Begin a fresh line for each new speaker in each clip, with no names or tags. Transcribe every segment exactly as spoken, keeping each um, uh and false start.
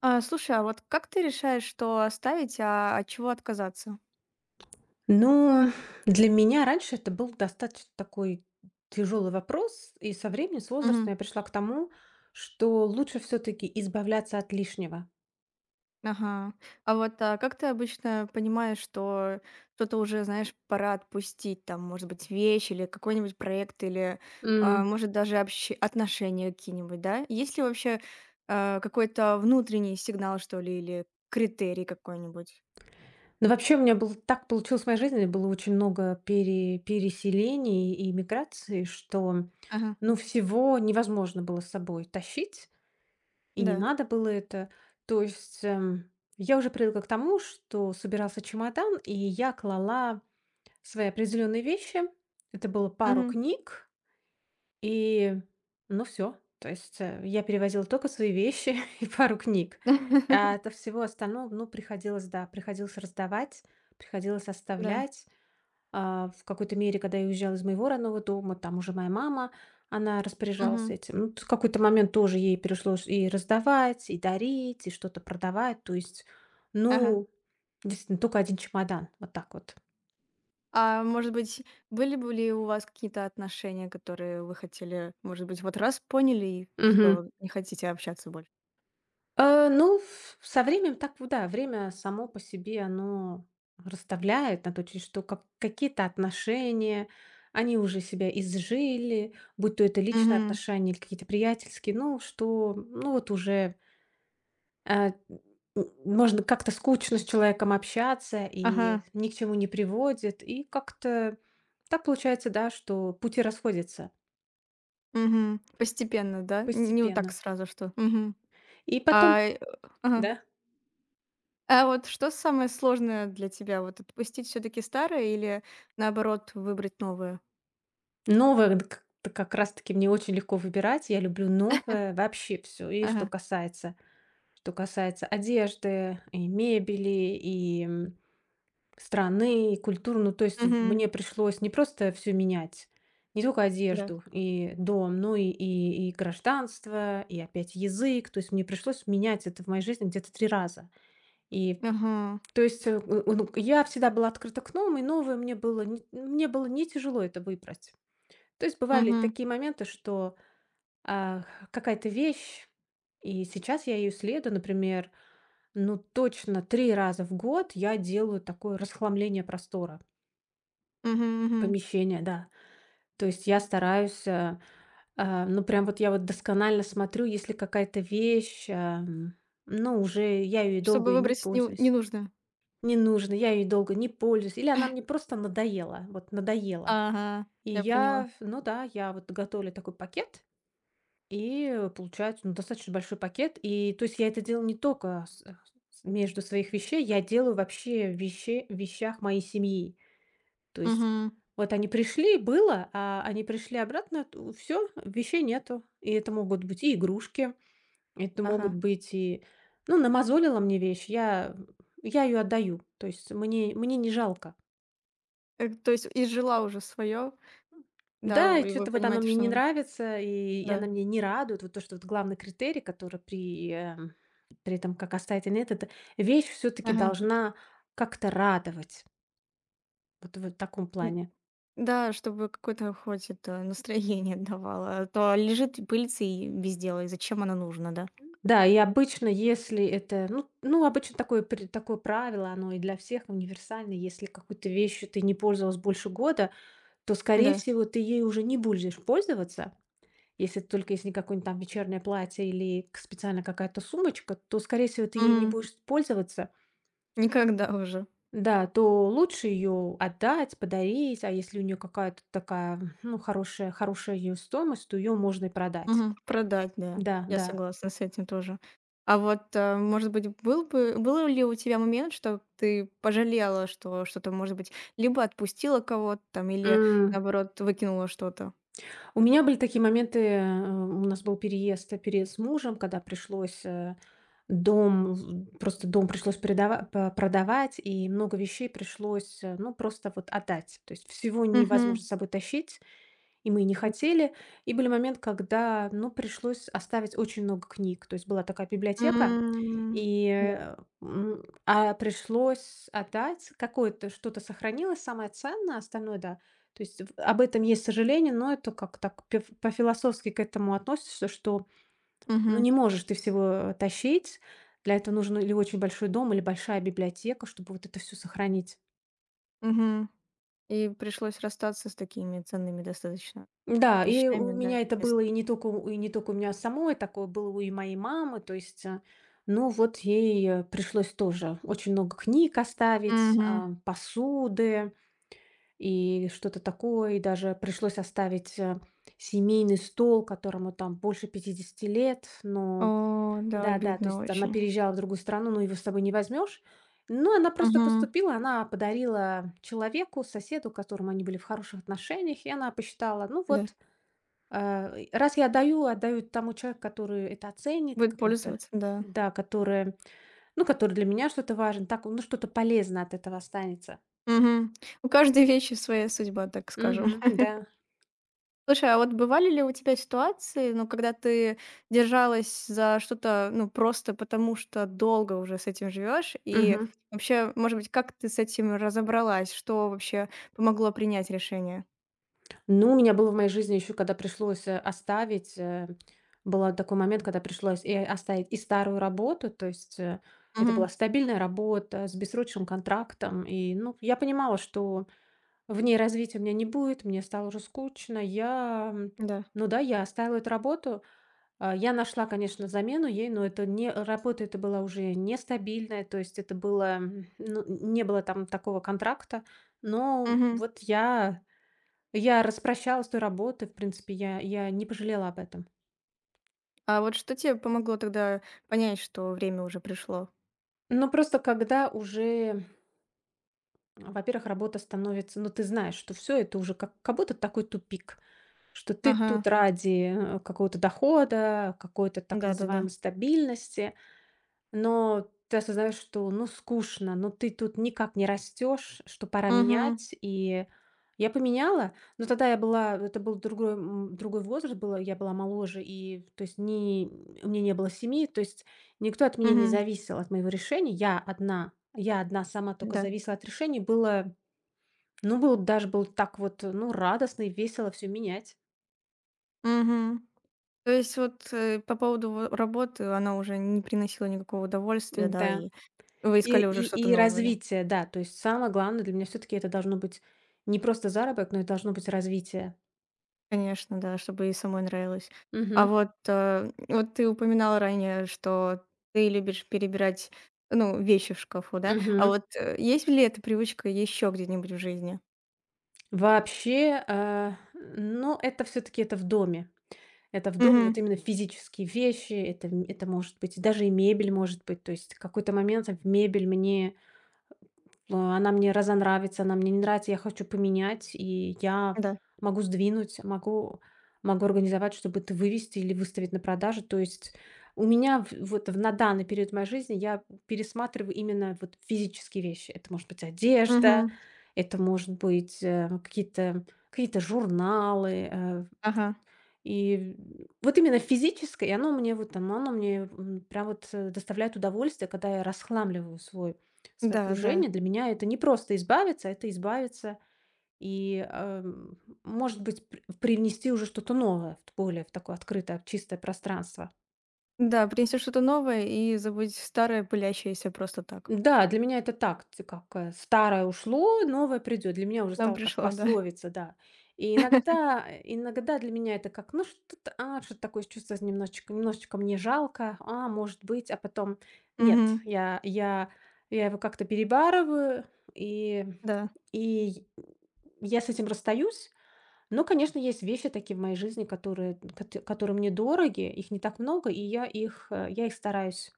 А, слушай, а вот как ты решаешь, что оставить, а от чего отказаться?
Ну, для меня раньше это был достаточно такой тяжелый вопрос, и со временем, с
Мгм.
возрастом я пришла к тому, что лучше все-таки избавляться от лишнего.
Ага. А вот а как ты обычно понимаешь, что что-то уже, знаешь, пора отпустить, там, может быть, вещь или какой-нибудь проект, или, а,
М.
может, даже общ- отношения какие-нибудь, да? Есть ли вообще а, какой-то внутренний сигнал, что ли, или критерий какой-нибудь?
Но вообще у меня был, так получилось в моей жизни, было очень много пере- переселений и миграций, что
Ага,
ну, всего невозможно было с собой тащить, и не
да.
надо было это. То есть эм, я уже привыкла к тому, что собирался чемодан, и я клала Свои определенные вещи. Это было пару
Мгм.
книг, и ну все. То есть, э, я перевозила только свои вещи и пару книг. А от всего остального, ну, приходилось, да, приходилось раздавать, приходилось
Да.
оставлять. А в какой-то мере, когда я уезжала из моего родного дома, там уже моя мама, она распоряжалась
Мгм.
этим. Ну, т в какой-то момент тоже ей пришлось и раздавать, и дарить, и что-то продавать. То есть,
Ага.
ну, действительно, только один чемодан. Вот так вот.
А может быть, были бы ли у вас какие-то отношения, которые вы хотели, может быть, вот раз поняли и все не хотите общаться больше?
Э, ну, ф со временем так, в да, время само по себе оно расставляет на то, через что как какие-то отношения, они уже себя изжили, будь то это личные
Мгм.
отношения или какие-то приятельские, ну, что, ну, вот уже, э, м, можно как-то скучно с человеком общаться
Ага.
и ни к чему не приводит. И как-то так получается, да, что пути расходятся
Мгм. Постепенно, да? Н не вот так
постепенно.
сразу, что мгм.
И
А,
потом
э, ага.
да.
А вот что самое сложное для тебя? Вот отпустить все таки старое или, наоборот, выбрать новое?
Новое д к как раз-таки мне очень легко выбирать. Я люблю новое вообще все. И что
Ага.
касается что касается одежды, и мебели, и, м, страны, и культуры. Ну, то есть в
Мгм.
мне пришлось не просто все менять, не только
Да.
одежду и дом, но и и и гражданство, и опять язык. То есть мне пришлось менять это в моей жизни где-то три раза. И
Ага.
то есть, э, у ну, я всегда была открыта к новому, и новое мне было не мне было не тяжело это выбрать. То есть бывали
Мгм.
такие моменты, что, а, какая-то вещь, и сейчас я ее следую, например, ну, точно три раза в год я делаю такое расхламление простора,
Мгм, мгм.
помещения, да. То есть я стараюсь, э, э, ну, прям вот я вот досконально смотрю, если какая-то вещь, эм, ну, уже я ее
Чтобы
долго не
выбрать не
пользуюсь,
ненужное.
не нужно, я ее долго не пользуюсь, или она мне просто надоела, вот надоела.
Ага,
И
я поняла.
я, ну да, я вот готовлю такой пакет. И, э, получается, ну, достаточно большой пакет. И, то есть, я это делаю не только с э, с между своих вещей, я делаю вообще в вещах моей семьи. То есть,
Мгм.
вот они пришли, было, а они пришли обратно, все всё, вещей нету. И это могут быть и игрушки, это могут
Ага.
быть и ну, намозолила мне вещь, я я ее отдаю. То есть, мне мне не жалко.
Э, то есть изжила уже свое, да,
Да, и
и
что
вы
то вот она
понимаете,
мне
что
не
нужно.
нравится, и и она
Да.
мне не радует. Вот то, что вот главный критерий, который при, эм, при этом как оставить или нет, это вещь все таки
Ага.
должна как-то радовать. Вот вот в таком
М,
плане.
да, чтобы какое-то хоть это настроение давало, а то лежит и пылится и без дела, и зачем оно нужно, да?
Да, и обычно, если это, ну, ну обычно такое, при- такое правило, оно и для всех универсально, если какой-то вещью ты не пользовалась больше года, то, скорее
Да.
всего, ты ей уже не будешь пользоваться. Если только если не какое-нибудь там вечернее платье или к- специально какая-то сумочка, то, скорее всего, ты ей не
Мгм.
будешь пользоваться.
Никогда уже.
Да, то лучше ее отдать, подарить, а если у нее какая-то такая, ну, хорошая хорошая ее стоимость, то ее можно и продать.
Мгм. Продать, да.
Да,
Я
да.
согласна с этим тоже. А вот, э, может быть, был бы был ли у тебя момент, что ты пожалела, что что-то, может быть, либо отпустила кого-то там или,
М,
наоборот, выкинула что-то?
у меня были такие моменты, э, у нас был переезд э, переезд с мужем, когда пришлось, э, дом в просто дом пришлось передава по продавать, и много вещей пришлось, э, ну, просто вот отдать. То есть всего
Угу.
невозможно с собой тащить. И мы и не хотели. И были моменты, когда, ну, пришлось оставить очень много книг. То есть была такая библиотека, и,
М.
э, м, а пришлось отдать какое-то, что-то сохранилось, самое ценное, остальное, да. То есть в- об этом есть сожаление, но это как так пе- по-философски к этому относишься, что ну
Мгм,
не можешь ты всего тащить. Для этого нужен или очень большой дом, или большая библиотека, чтобы вот это все сохранить.
мгм. И пришлось расстаться с такими ценными достаточно
Да, и у
вещами, да,
меня это было
интересно.
и не только у и не только у меня самой, такое было у и моей мамы. То есть, э, ну, вот ей, э, пришлось тоже очень много книг оставить,
Мгм.
а, посуды и что-то такое. И даже пришлось оставить, э, семейный стол, которому там больше пятидесяти лет. Но
О, да,
да-да, то
обидно
есть она
очень.
переезжала в другую страну, но его с собой не возьмешь. Но она просто
Мгм.
поступила, она подарила человеку, соседу, которому они были в хороших отношениях, и она посчитала: "Ну
Да.
вот, а, и раз я отдаю, отдаю тому человеку, который это оценит,
Будет
какому-то,
пользоваться, да.
да, который, ну, который для меня что-то важен, так, ну, что-то полезное от этого останется".
Мгм. У каждой вещи своя судьба, так скажем.
Мгм, да.
Слушай, а вот бывали ли у тебя ситуации, ну, когда ты держалась за что-то, ну, просто потому что долго уже с этим живешь? И
Мгм.
вообще, может быть, как ты с этим разобралась? Что вообще помогло принять решение?
Ну, у меня было в моей жизни еще, когда пришлось э, оставить, э, был такой момент, когда пришлось и оставить и старую работу, то есть э, это
Угу.
была стабильная работа с бессрочным контрактом, и, ну, я понимала, что в ней развития у меня не будет, мне стало уже скучно, я, м,
Да.
ну да, я оставила эту работу. А я нашла, конечно, замену ей, но это не работа, это была уже нестабильная, то есть это было, м, ну, не было там такого контракта. Но
Мгм.
вот я я распрощалась с той работой, в принципе, я я не пожалела об этом.
А вот что тебе помогло тогда понять, что время уже пришло?
Но просто когда уже, во-первых, работа становится, ну, ты знаешь, что все это уже как как будто такой тупик, что ты
Ага.
тут ради, э, какого-то дохода, какой-то так
Да-да-да.
называемой стабильности. Но ты осознаешь, что, ну, скучно, но ты тут никак не растешь, что пора
Угу,
менять. И я поменяла, но тогда я была, это был другой, м, другой возраст, было, я была моложе, и, то есть, не, у меня не было семьи, то есть, никто от меня не
угу,
зависел, от моего решения. Я одна, я одна сама только
да.
зависела от решений. Было, ну, было, даже было так вот, ну, радостно и весело все менять.
Угу. То есть вот, э, по поводу во работы она уже не приносила никакого удовольствия, да,
Да.
и вы
И
искали уже
и
что-то
и
новое, да?
развитие, да. То есть самое главное для меня все таки это должно быть не просто заработок, но это должно быть развитие.
Конечно, да, чтобы и самой нравилось. А
Мгм.
вот, э, вот ты упоминала ранее, что ты любишь перебирать, ну, вещи в шкафу, да? А
Мгм.
вот, э, есть ли эта привычка еще где-нибудь в жизни?
Вообще, э, ну, это все таки это в доме. Это в доме, вот
Угу,
именно физические вещи, это м это может быть даже и мебель, может быть. То есть в какой-то момент в мебель мне она мне разонравится, она мне не нравится, я хочу поменять, и я
да.
могу сдвинуть, могу, могу организовать, чтобы это вывести или выставить на продажу. То есть у меня в- вот в- на данный период моей жизни я пересматриваю именно вот физические вещи. Это может быть одежда,
Угу,
это может быть э, какие-то какие-то журналы, э,
ага.
и вот именно физическое, оно мне вот оно оно мне, м, прям вот, э, доставляет удовольствие, когда я расхламливаю свой свое
Да, да.
окружение. Для меня это не просто избавиться, это избавиться и, эм, может быть, пр привнести уже что-то новое, в более в такое открытое, чистое пространство.
Да, принесешь что-то новое и забудь старое, пылящееся просто так.
Да, для меня это так, т как, э, старое ушло, новое придет. Для меня уже
Нам
стало как
пришло, да.
пословица, да. И иногда э, иногда для меня это как, ну, что-то, а, что-то такое чувство немножечко немножечко мне жалко, а, может быть, а потом нет,
Мгм.
я я я его как-то перебарываю, и
Да,
и я с этим расстаюсь. Но, конечно, есть вещи такие в моей жизни, которые кот которые мне дороги, их не так много, и я их, э, я их стараюсь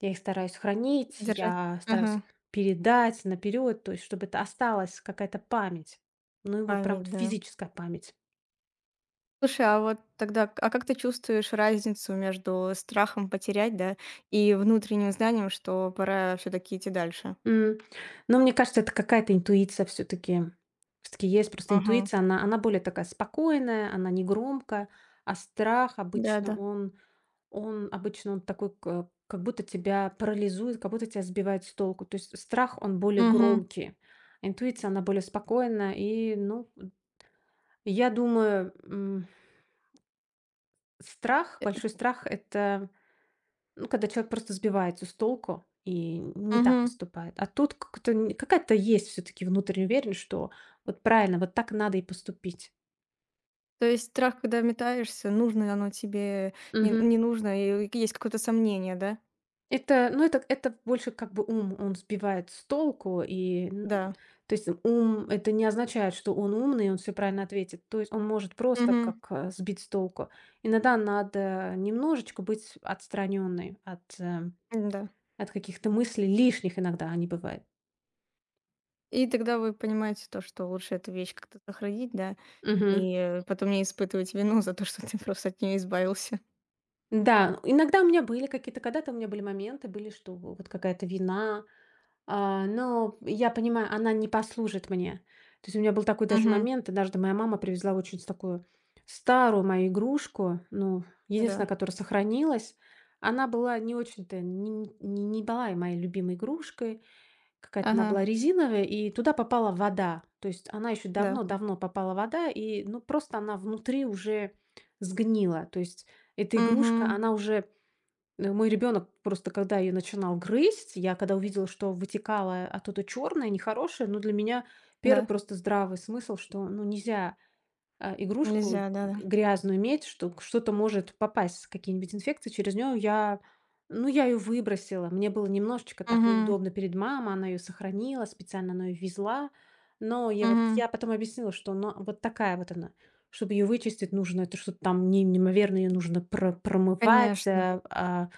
я их стараюсь хранить,
держать.
я стараюсь их
Ага.
передать наперед, то есть чтобы это осталась какая-то память. Ну и вот прям вот
Память, да.
физическая память.
Слушай, а вот тогда, к а как ты чувствуешь разницу между страхом потерять, да, и внутренним знанием, что пора все таки идти дальше?
М. Но мне кажется, это какая-то интуиция все таки все таки есть просто
Ага.
интуиция, она она более такая спокойная, она не громкая, а страх обычно
Да-да.
он он обычно он такой, к как будто тебя парализует, как будто тебя сбивает с толку. То есть страх, он более
Угу.
громкий, а интуиция, она более спокойная. И, ну, я думаю, м. Страх, большой
Угу.
страх — это, ну, когда человек просто сбивается с толку и не так поступает. А тут как-то н какая-то есть все таки внутренняя уверенность, что вот правильно, вот так надо и поступить.
То есть страх, когда метаешься, нужно ли оно тебе, не
Мгм.
не нужно, и есть какое-то сомнение, да?
Это, ну, это это больше как бы ум, он сбивает с толку, и, н
Да.
то есть ум — это не означает, что он умный, и он все правильно ответит. То есть он может просто
Угу.
как, э, сбить с толку. Иногда надо немножечко быть отстраненной от, э,
Да.
от каких-то мыслей лишних, иногда они бывают.
И тогда вы понимаете то, что лучше эту вещь как-то сохранить, да,
Мгм.
и потом не испытывать вину за то, что ты просто от нее избавился.
Да, ну, иногда у меня были какие-то, когда-то у меня были моменты, были, что вот какая-то вина, а, но я понимаю, она не послужит мне. То есть у меня был такой даже
Мгм.
момент, однажды моя мама привезла очень с такую старую мою игрушку, ну,
Да.
единственная, которая сохранилась. Она была не очень-то, не, не не была и моей любимой игрушкой. Какая-то она
Ага.
была резиновая, и туда попала вода. То есть она еще
Да.
давно-давно попала вода, и, ну, просто она внутри уже сгнила. То есть эта игрушка,
Мгм.
она уже э, мой ребенок просто, когда ее начинал грызть, я когда увидела, что вытекала оттуда черное, нехорошее, ну, для меня первый
Да.
просто здравый смысл, что, ну, нельзя а, игрушку
Нельзя, да-да.
грязную медь, что что-то может попасть, какие-нибудь инфекции через нее. Я, ну, я ее выбросила. Мне было немножечко так
Мгм.
неудобно перед мамой, она ее сохранила, специально она ее везла. Но я вот
Мгм.
я потом объяснила, что она вот такая вот она. Чтобы ее вычистить, нужно это что-то там не неимоверно, ее нужно про промывать,
Конечно.
а, а,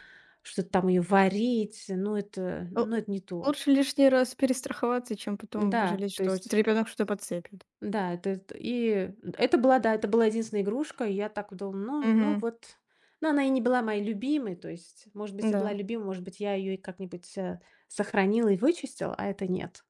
что-то там ее варить. Ну, это
Л
ну, это не то.
лучше лишний раз перестраховаться, чем потом
Да,
жалеть,
то
что
есть
ребенок что-то подцепит.
да, это это и это была, да, это была единственная игрушка. И я так думала, ну ну
Мгм.
вот, ну, она и не была моей любимой. То есть, может быть, и была
Да.
любимой, может быть, я ее и как-нибудь, э, сохранила и вычистила, а это нет.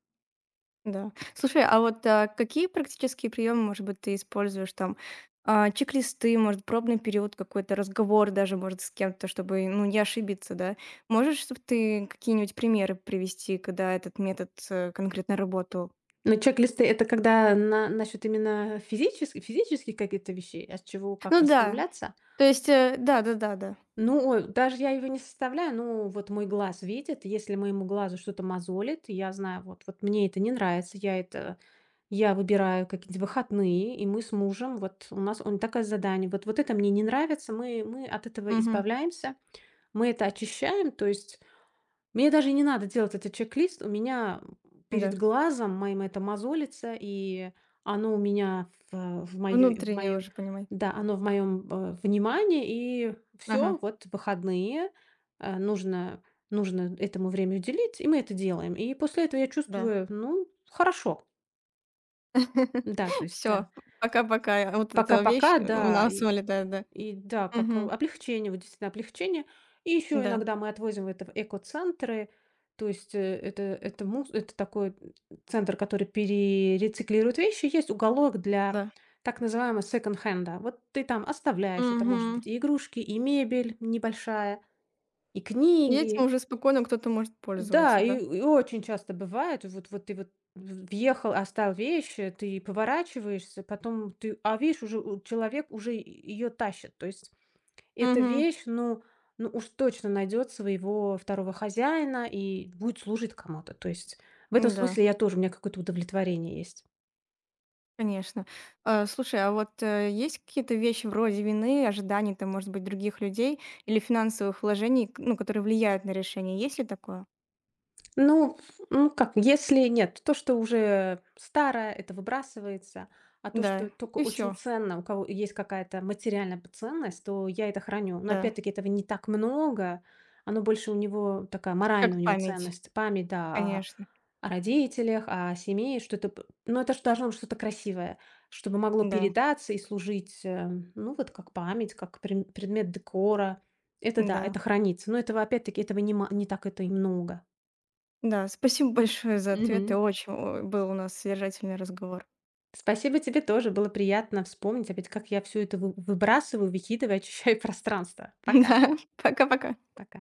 Да. Слушай, а вот, а, какие практические приемы, может быть, ты используешь там? А, чек-листы, может, пробный период какой-то, разговор даже, может, с кем-то, чтобы, ну, не ошибиться, да? Можешь, чтобы ты какие-нибудь примеры привести, когда этот метод, э, конкретно работал?
Но чек-листы — это когда на насчет именно физических физических каких-то вещей, от чего как
Ну да,
расслабляться?
то есть, э, да-да-да-да.
Ну, ой, даже я его не составляю, ну, вот мой глаз видит, если моему глазу что-то мозолит, я знаю, вот, вот мне это не нравится, я это, я выбираю какие-то выходные, и мы с мужем, вот у нас он такое задание, вот, вот это мне не нравится, мы, мы от этого
Мгм.
избавляемся, мы это очищаем, то есть мне даже не надо делать этот чек-лист. У меня перед
Да.
глазом моим это мозолится, и оно у меня в, в, моё- в
Внутреннее
моем,
уже понимай.
да, оно в моем внимании, и
Ага,
все, вот выходные э, нужно, нужно этому время уделить, и мы это делаем. И после этого я
да.
чувствую, ну, хорошо, да, то есть,
Все.
да,
Пока-пока. Вот эта вещь
пока-пока,
у
да,
нас
и
вылетает, да.
да, как, э,
Мгм.
облегчение, вот действительно облегчение. И еще
Да,
иногда мы отвозим это в экоцентры. То есть, э, это это мус это такой центр, который перерециклирует вещи. Есть уголок для
да.
так называемого секонд-хенда. Вот ты там оставляешь, это может быть
Мгм.
и игрушки, и мебель небольшая, и
И этим
книги.
уже спокойно кто-то может пользоваться,
Да, и
да?
и очень часто бывает, вот вот ты вот в въехал, оставил вещи, ты поворачиваешься, потом ты, а видишь, уже у человек уже ее тащит. То есть эта
Мгм.
вещь, ну ну уж точно найдет своего второго хозяина и будет служить кому-то. То есть в этом
Да,
смысле я тоже, у меня какое-то удовлетворение есть.
конечно. А, слушай, а вот, э, есть какие-то вещи вроде вины, ожиданий там, может быть, других людей или финансовых вложений, к ну, которые влияют на решение? Есть ли такое?
Ну, ф ну как, если нет, то, что уже старое, это выбрасывается, а то, что
Да,
только
и
очень
все.
ценно, у кого есть какая-то материальная ценность, то я это храню. Но
Да.
опять-таки этого не так много, оно больше у него такая моральная у
Как
него
память,
ценность, память, да, о
конечно.
о родителях, о семье, что это п но это же должно быть что-то красивое, чтобы могло
Да,
передаться и служить, э, ну, вот как память, как прем предмет декора. Это да,
да,
это хранится, но этого опять-таки этого нема не так это и много.
да. Спасибо большое за ответы.
Мгм.
Очень, о, был у нас содержательный разговор.
Спасибо тебе тоже. Было приятно вспомнить опять, как я все это вы выбрасываю, выкидываю, очищаю пространство. Пока.
Да, пока-пока.
Пока.